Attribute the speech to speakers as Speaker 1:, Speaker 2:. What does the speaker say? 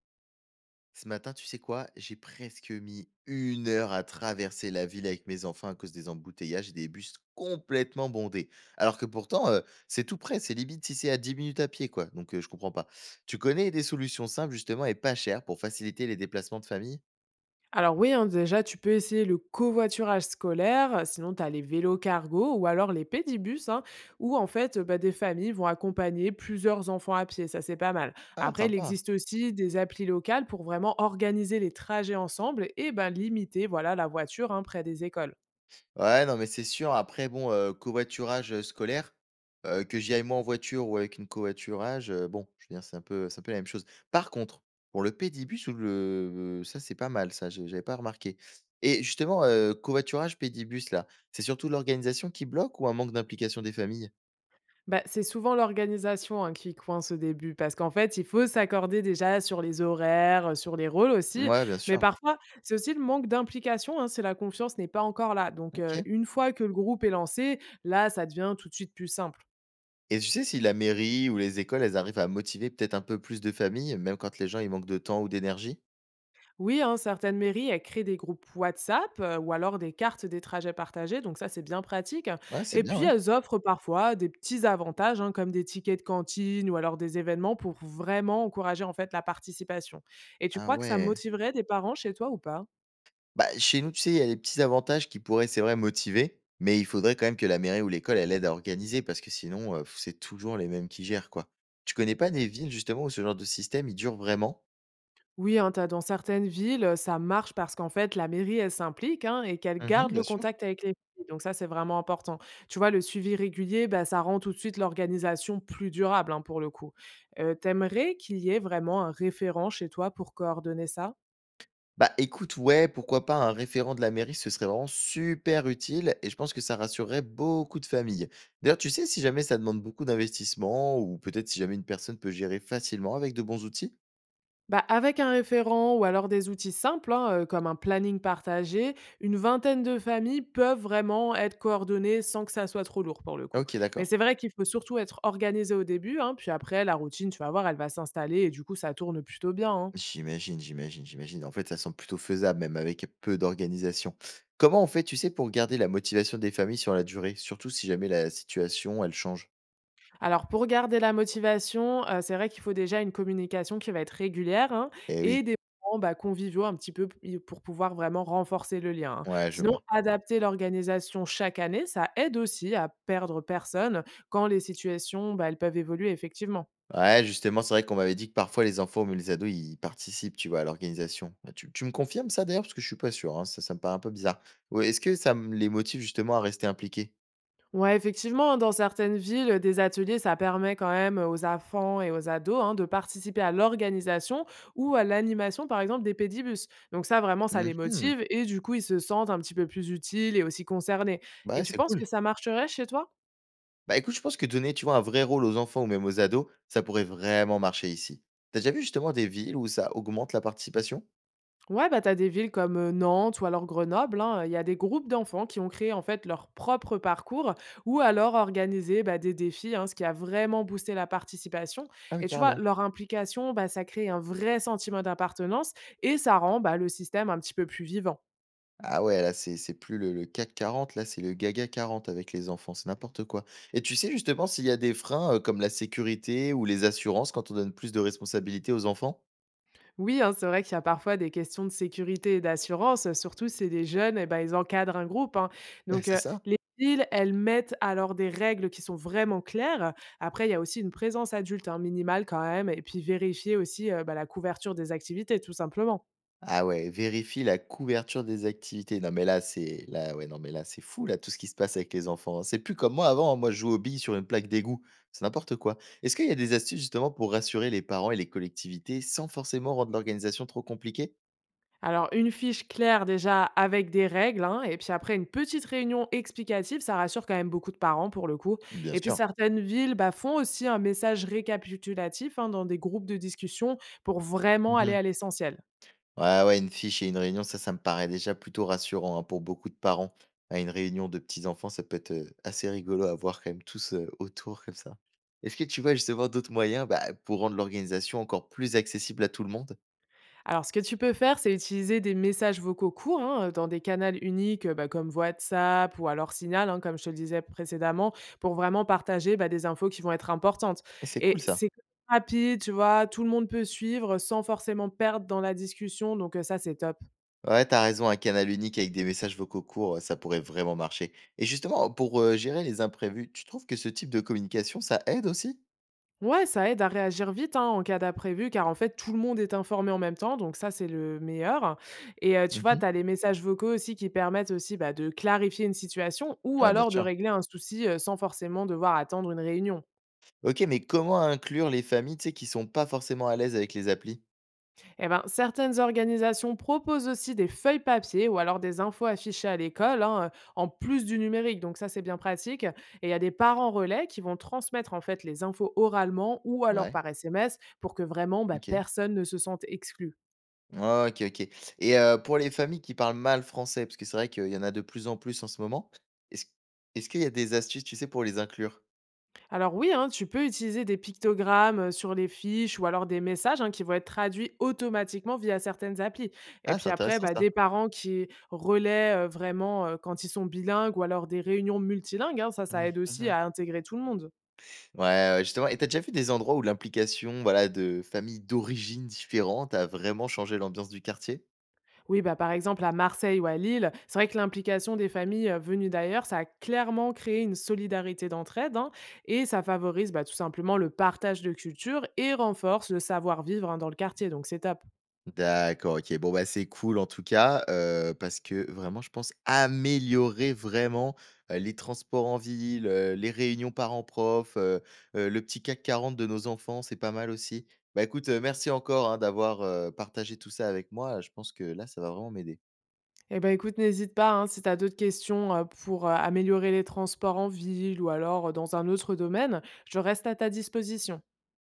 Speaker 1: Ce matin, tu sais quoi? J'ai presque mis une heure à traverser la ville avec mes enfants à cause des embouteillages et des bus complètement bondés. Alors que pourtant, c'est tout près, c'est limite si c'est à 10 minutes à pied, quoi. Donc je comprends pas. Tu connais des solutions simples justement et pas chères pour faciliter les déplacements de famille?
Speaker 2: Alors oui, hein, déjà, tu peux essayer le covoiturage scolaire, sinon tu as les vélos cargo ou alors les pédibus, hein, où en fait bah, des familles vont accompagner plusieurs enfants à pied, ça c'est pas mal.
Speaker 1: Ah,
Speaker 2: Après, il
Speaker 1: sympa.
Speaker 2: existe aussi des applis locales pour vraiment organiser les trajets ensemble et ben limiter voilà, la voiture hein, près des écoles.
Speaker 1: Ouais, non, mais c'est sûr. Après, bon, covoiturage, scolaire, que j'y aille moi en voiture ou avec une covoiturage, bon, je veux dire, c'est un peu la même chose. Par contre, pour le Pédibus ou le ça, c'est pas mal, ça, je j'avais pas remarqué. Et justement, covoiturage, Pédibus, là, c'est surtout l'organisation qui bloque ou un manque d'implication des familles?
Speaker 2: Bah, c'est souvent l'organisation, hein, qui coince au début parce qu'en fait, il faut s'accorder déjà sur les horaires, sur les rôles aussi.
Speaker 1: Ouais, bien
Speaker 2: Mais
Speaker 1: sûr.
Speaker 2: parfois, c'est aussi le manque d'implication, hein, c'est la confiance n'est pas encore là. Donc,
Speaker 1: OK,
Speaker 2: une fois que le groupe est lancé, là, ça devient tout de suite plus simple.
Speaker 1: et tu sais si la mairie ou les écoles, elles arrivent à motiver peut-être un peu plus de familles, même quand les gens, ils manquent de temps ou d'énergie?
Speaker 2: Oui, hein, certaines mairies, elles créent des groupes WhatsApp ou alors des cartes des trajets partagés, donc ça c'est bien pratique, hein.
Speaker 1: Ouais, c'est
Speaker 2: Et
Speaker 1: bien,
Speaker 2: puis
Speaker 1: ouais.
Speaker 2: elles offrent parfois des petits avantages hein, comme des tickets de cantine ou alors des événements pour vraiment encourager en fait la participation. Et tu
Speaker 1: Ah
Speaker 2: crois que ça
Speaker 1: ouais!
Speaker 2: motiverait des parents chez toi ou pas?
Speaker 1: Bah, chez nous, tu sais, il y a des petits avantages qui pourraient, c'est vrai, motiver, mais il faudrait quand même que la mairie ou l'école, elle aide à organiser, parce que sinon, c'est toujours les mêmes qui gèrent, quoi. Tu connais pas des villes, justement, où ce genre de système, il dure vraiment?
Speaker 2: Oui, hein, t'as dans certaines villes, ça marche parce qu'en fait, la mairie, elle s'implique, hein, et qu'elle
Speaker 1: Mhm,
Speaker 2: garde
Speaker 1: bien
Speaker 2: le
Speaker 1: sûr.
Speaker 2: contact avec les familles. Donc ça, c'est vraiment important. Tu vois, le suivi régulier, bah, ça rend tout de suite l'organisation plus durable, hein, pour le coup. Tu qu'il y ait vraiment un référent chez toi pour coordonner ça?
Speaker 1: Bah, écoute, ouais, pourquoi pas un référent de la mairie, ce serait vraiment super utile, et je pense que ça rassurerait beaucoup de familles. D'ailleurs, tu sais, si jamais ça demande beaucoup d'investissement, ou peut-être si jamais une personne peut gérer facilement avec de bons outils.
Speaker 2: Bah, avec un référent ou alors des outils simples, hein, comme un planning partagé, une vingtaine de familles peuvent vraiment être coordonnées sans que ça soit trop lourd pour le coup.
Speaker 1: Ok,
Speaker 2: Mais
Speaker 1: d'accord.
Speaker 2: c'est vrai qu'il faut surtout être organisé au début, hein, puis après la routine, tu vas voir, elle va s'installer et du coup ça tourne plutôt bien, hein.
Speaker 1: J'imagine, j'imagine, j'imagine. En fait, ça semble plutôt faisable, même avec peu d'organisation. Comment on fait, tu sais, pour garder la motivation des familles sur la durée, surtout si jamais la situation, elle change?
Speaker 2: Alors pour garder la motivation, c'est vrai qu'il faut déjà une communication qui va être régulière, hein,
Speaker 1: Eh oui,
Speaker 2: et des moments, bah, conviviaux un petit peu p pour pouvoir vraiment renforcer le lien, hein.
Speaker 1: ouais, je
Speaker 2: Sinon,
Speaker 1: vois.
Speaker 2: adapter l'organisation chaque année, ça aide aussi à perdre personne quand les situations, bah, elles peuvent évoluer effectivement.
Speaker 1: Ouais, justement, c'est vrai qu'on m'avait dit que parfois les enfants ou même les ados, ils participent, tu vois, à l'organisation. Bah, tu me confirmes ça d'ailleurs, parce que je suis pas sûr, hein, ça me paraît un peu bizarre. Ouais, est-ce que ça me les motive justement à rester impliqués?
Speaker 2: Ouais, effectivement, hein, dans certaines villes, des ateliers, ça permet quand même aux enfants et aux ados hein, de participer à l'organisation ou à l'animation, par exemple, des pédibus. Donc ça, vraiment, ça les
Speaker 1: Mhm.
Speaker 2: motive et du coup, ils se sentent un petit peu plus utiles et aussi concernés. Et
Speaker 1: Bah,
Speaker 2: tu
Speaker 1: c'est
Speaker 2: penses que
Speaker 1: cool.
Speaker 2: ça marcherait chez toi?
Speaker 1: Bah, écoute, je pense que donner, tu vois, un vrai rôle aux enfants ou même aux ados, ça pourrait vraiment marcher ici. T'as déjà vu justement des villes où ça augmente la participation?
Speaker 2: Ouais, bah, t'as des villes comme, Nantes ou alors Grenoble, hein, il y a des groupes d'enfants qui ont créé, en fait, leur propre parcours ou alors organisé, bah, des défis, hein, ce qui a vraiment boosté la participation,
Speaker 1: Ah oui,
Speaker 2: et tu vois,
Speaker 1: carrément.
Speaker 2: leur implication, bah, ça crée un vrai sentiment d'appartenance et ça rend, bah, le système un petit peu plus vivant.
Speaker 1: Ah ouais, là, c'est plus le CAC 40, là, c'est le Gaga 40 avec les enfants, c'est n'importe quoi. Et tu sais justement s'il y a des freins comme la sécurité ou les assurances quand on donne plus de responsabilités aux enfants?
Speaker 2: Oui, hein, c'est vrai qu'il y a parfois des questions de sécurité et d'assurance, surtout si les jeunes, eh ben, ils encadrent un groupe, hein.
Speaker 1: Bah,
Speaker 2: Donc,
Speaker 1: c'est ça.
Speaker 2: les villes, elles mettent alors des règles qui sont vraiment claires. Après, il y a aussi une présence adulte hein, minimale quand même, et puis vérifier aussi bah, la couverture des activités, tout simplement.
Speaker 1: Ah ouais, vérifie la couverture des activités. Non mais là c'est là, ouais, non mais là c'est fou là, tout ce qui se passe avec les enfants, hein. C'est plus comme moi avant, hein. Moi je joue aux billes sur une plaque d'égout, c'est n'importe quoi. Est-ce qu'il y a des astuces justement pour rassurer les parents et les collectivités sans forcément rendre l'organisation trop compliquée?
Speaker 2: Alors, une fiche claire déjà avec des règles, hein, et puis après une petite réunion explicative, ça rassure quand même beaucoup de parents pour le coup.
Speaker 1: Bien
Speaker 2: Et puis
Speaker 1: sûr.
Speaker 2: certaines villes bah, font aussi un message récapitulatif hein, dans des groupes de discussion pour vraiment aller
Speaker 1: Mhm.
Speaker 2: à l'essentiel.
Speaker 1: Ouais ouais, une fiche et une réunion, ça ça me paraît déjà plutôt rassurant, hein, pour beaucoup de parents. À une réunion de petits-enfants, ça peut être assez rigolo à voir quand même tous autour comme ça. Est-ce que tu vois justement d'autres moyens, bah, pour rendre l'organisation encore plus accessible à tout le monde?
Speaker 2: Alors, ce que tu peux faire, c'est utiliser des messages vocaux courts hein, dans des canaux uniques bah, comme WhatsApp ou alors Signal, hein, comme je te le disais précédemment, pour vraiment partager bah, des infos qui vont être importantes.
Speaker 1: Et c'est cool
Speaker 2: Et
Speaker 1: ça.
Speaker 2: c'est rapide, tu vois, tout le monde peut suivre sans forcément perdre dans la discussion, donc ça, c'est top.
Speaker 1: Ouais, t'as raison, un canal unique avec des messages vocaux courts, ça pourrait vraiment marcher. Et justement, pour, gérer les imprévus, tu trouves que ce type de communication, ça aide aussi?
Speaker 2: Ouais, ça aide à réagir vite hein, en cas d'imprévu, car en fait, tout le monde est informé en même temps, donc ça, c'est le meilleur. Et tu vois,
Speaker 1: Mmh.
Speaker 2: tu as les messages vocaux aussi qui permettent aussi bah, de clarifier une situation ou
Speaker 1: Ouais, bien
Speaker 2: alors de
Speaker 1: sûr.
Speaker 2: régler un souci sans forcément devoir attendre une réunion.
Speaker 1: OK, mais comment inclure les familles, tu sais, qui sont pas forcément à l'aise avec les applis?
Speaker 2: Eh ben, certaines organisations proposent aussi des feuilles papier ou alors des infos affichées à l'école, hein, en plus du numérique, donc ça, c'est bien pratique. Et il y a des parents relais qui vont transmettre en fait les infos oralement ou alors
Speaker 1: Ouais,
Speaker 2: par SMS pour que vraiment bah,
Speaker 1: OK.
Speaker 2: personne ne se sente exclu.
Speaker 1: OK, OK. Et pour les familles qui parlent mal français, parce que c'est vrai qu'il y en a de plus en plus en ce moment, est-ce est-ce qu'il y a des astuces, tu sais, pour les inclure?
Speaker 2: Alors oui, hein, tu peux utiliser des pictogrammes sur les fiches ou alors des messages hein, qui vont être traduits automatiquement via certaines applis. Et
Speaker 1: Ah, c'est
Speaker 2: puis après,
Speaker 1: intéressant
Speaker 2: bah,
Speaker 1: ça.
Speaker 2: des parents qui relaient vraiment quand ils sont bilingues ou alors des réunions multilingues, hein, ça aide aussi
Speaker 1: Mmh.
Speaker 2: à intégrer tout le monde.
Speaker 1: Ouais, ouais, justement, et t'as déjà vu des endroits où l'implication, voilà, de familles d'origines différentes a vraiment changé l'ambiance du quartier?
Speaker 2: Oui, bah, par exemple à Marseille ou à Lille, c'est vrai que l'implication des familles venues d'ailleurs, ça a clairement créé une solidarité d'entraide hein, et ça favorise bah, tout simplement le partage de culture et renforce le savoir-vivre hein, dans le quartier. Donc c'est top.
Speaker 1: D'accord, OK. Bon, bah, c'est cool en tout cas, parce que vraiment je pense améliorer vraiment, les transports en ville, les réunions parents-prof, le petit CAC 40 de nos enfants, c'est pas mal aussi. Bah, écoute, merci encore, hein, d'avoir, partagé tout ça avec moi, je pense que là, ça va vraiment m'aider.
Speaker 2: Eh ben, écoute, n'hésite pas, hein, si tu as d'autres questions pour améliorer les transports en ville ou alors dans un autre domaine, je reste à ta disposition.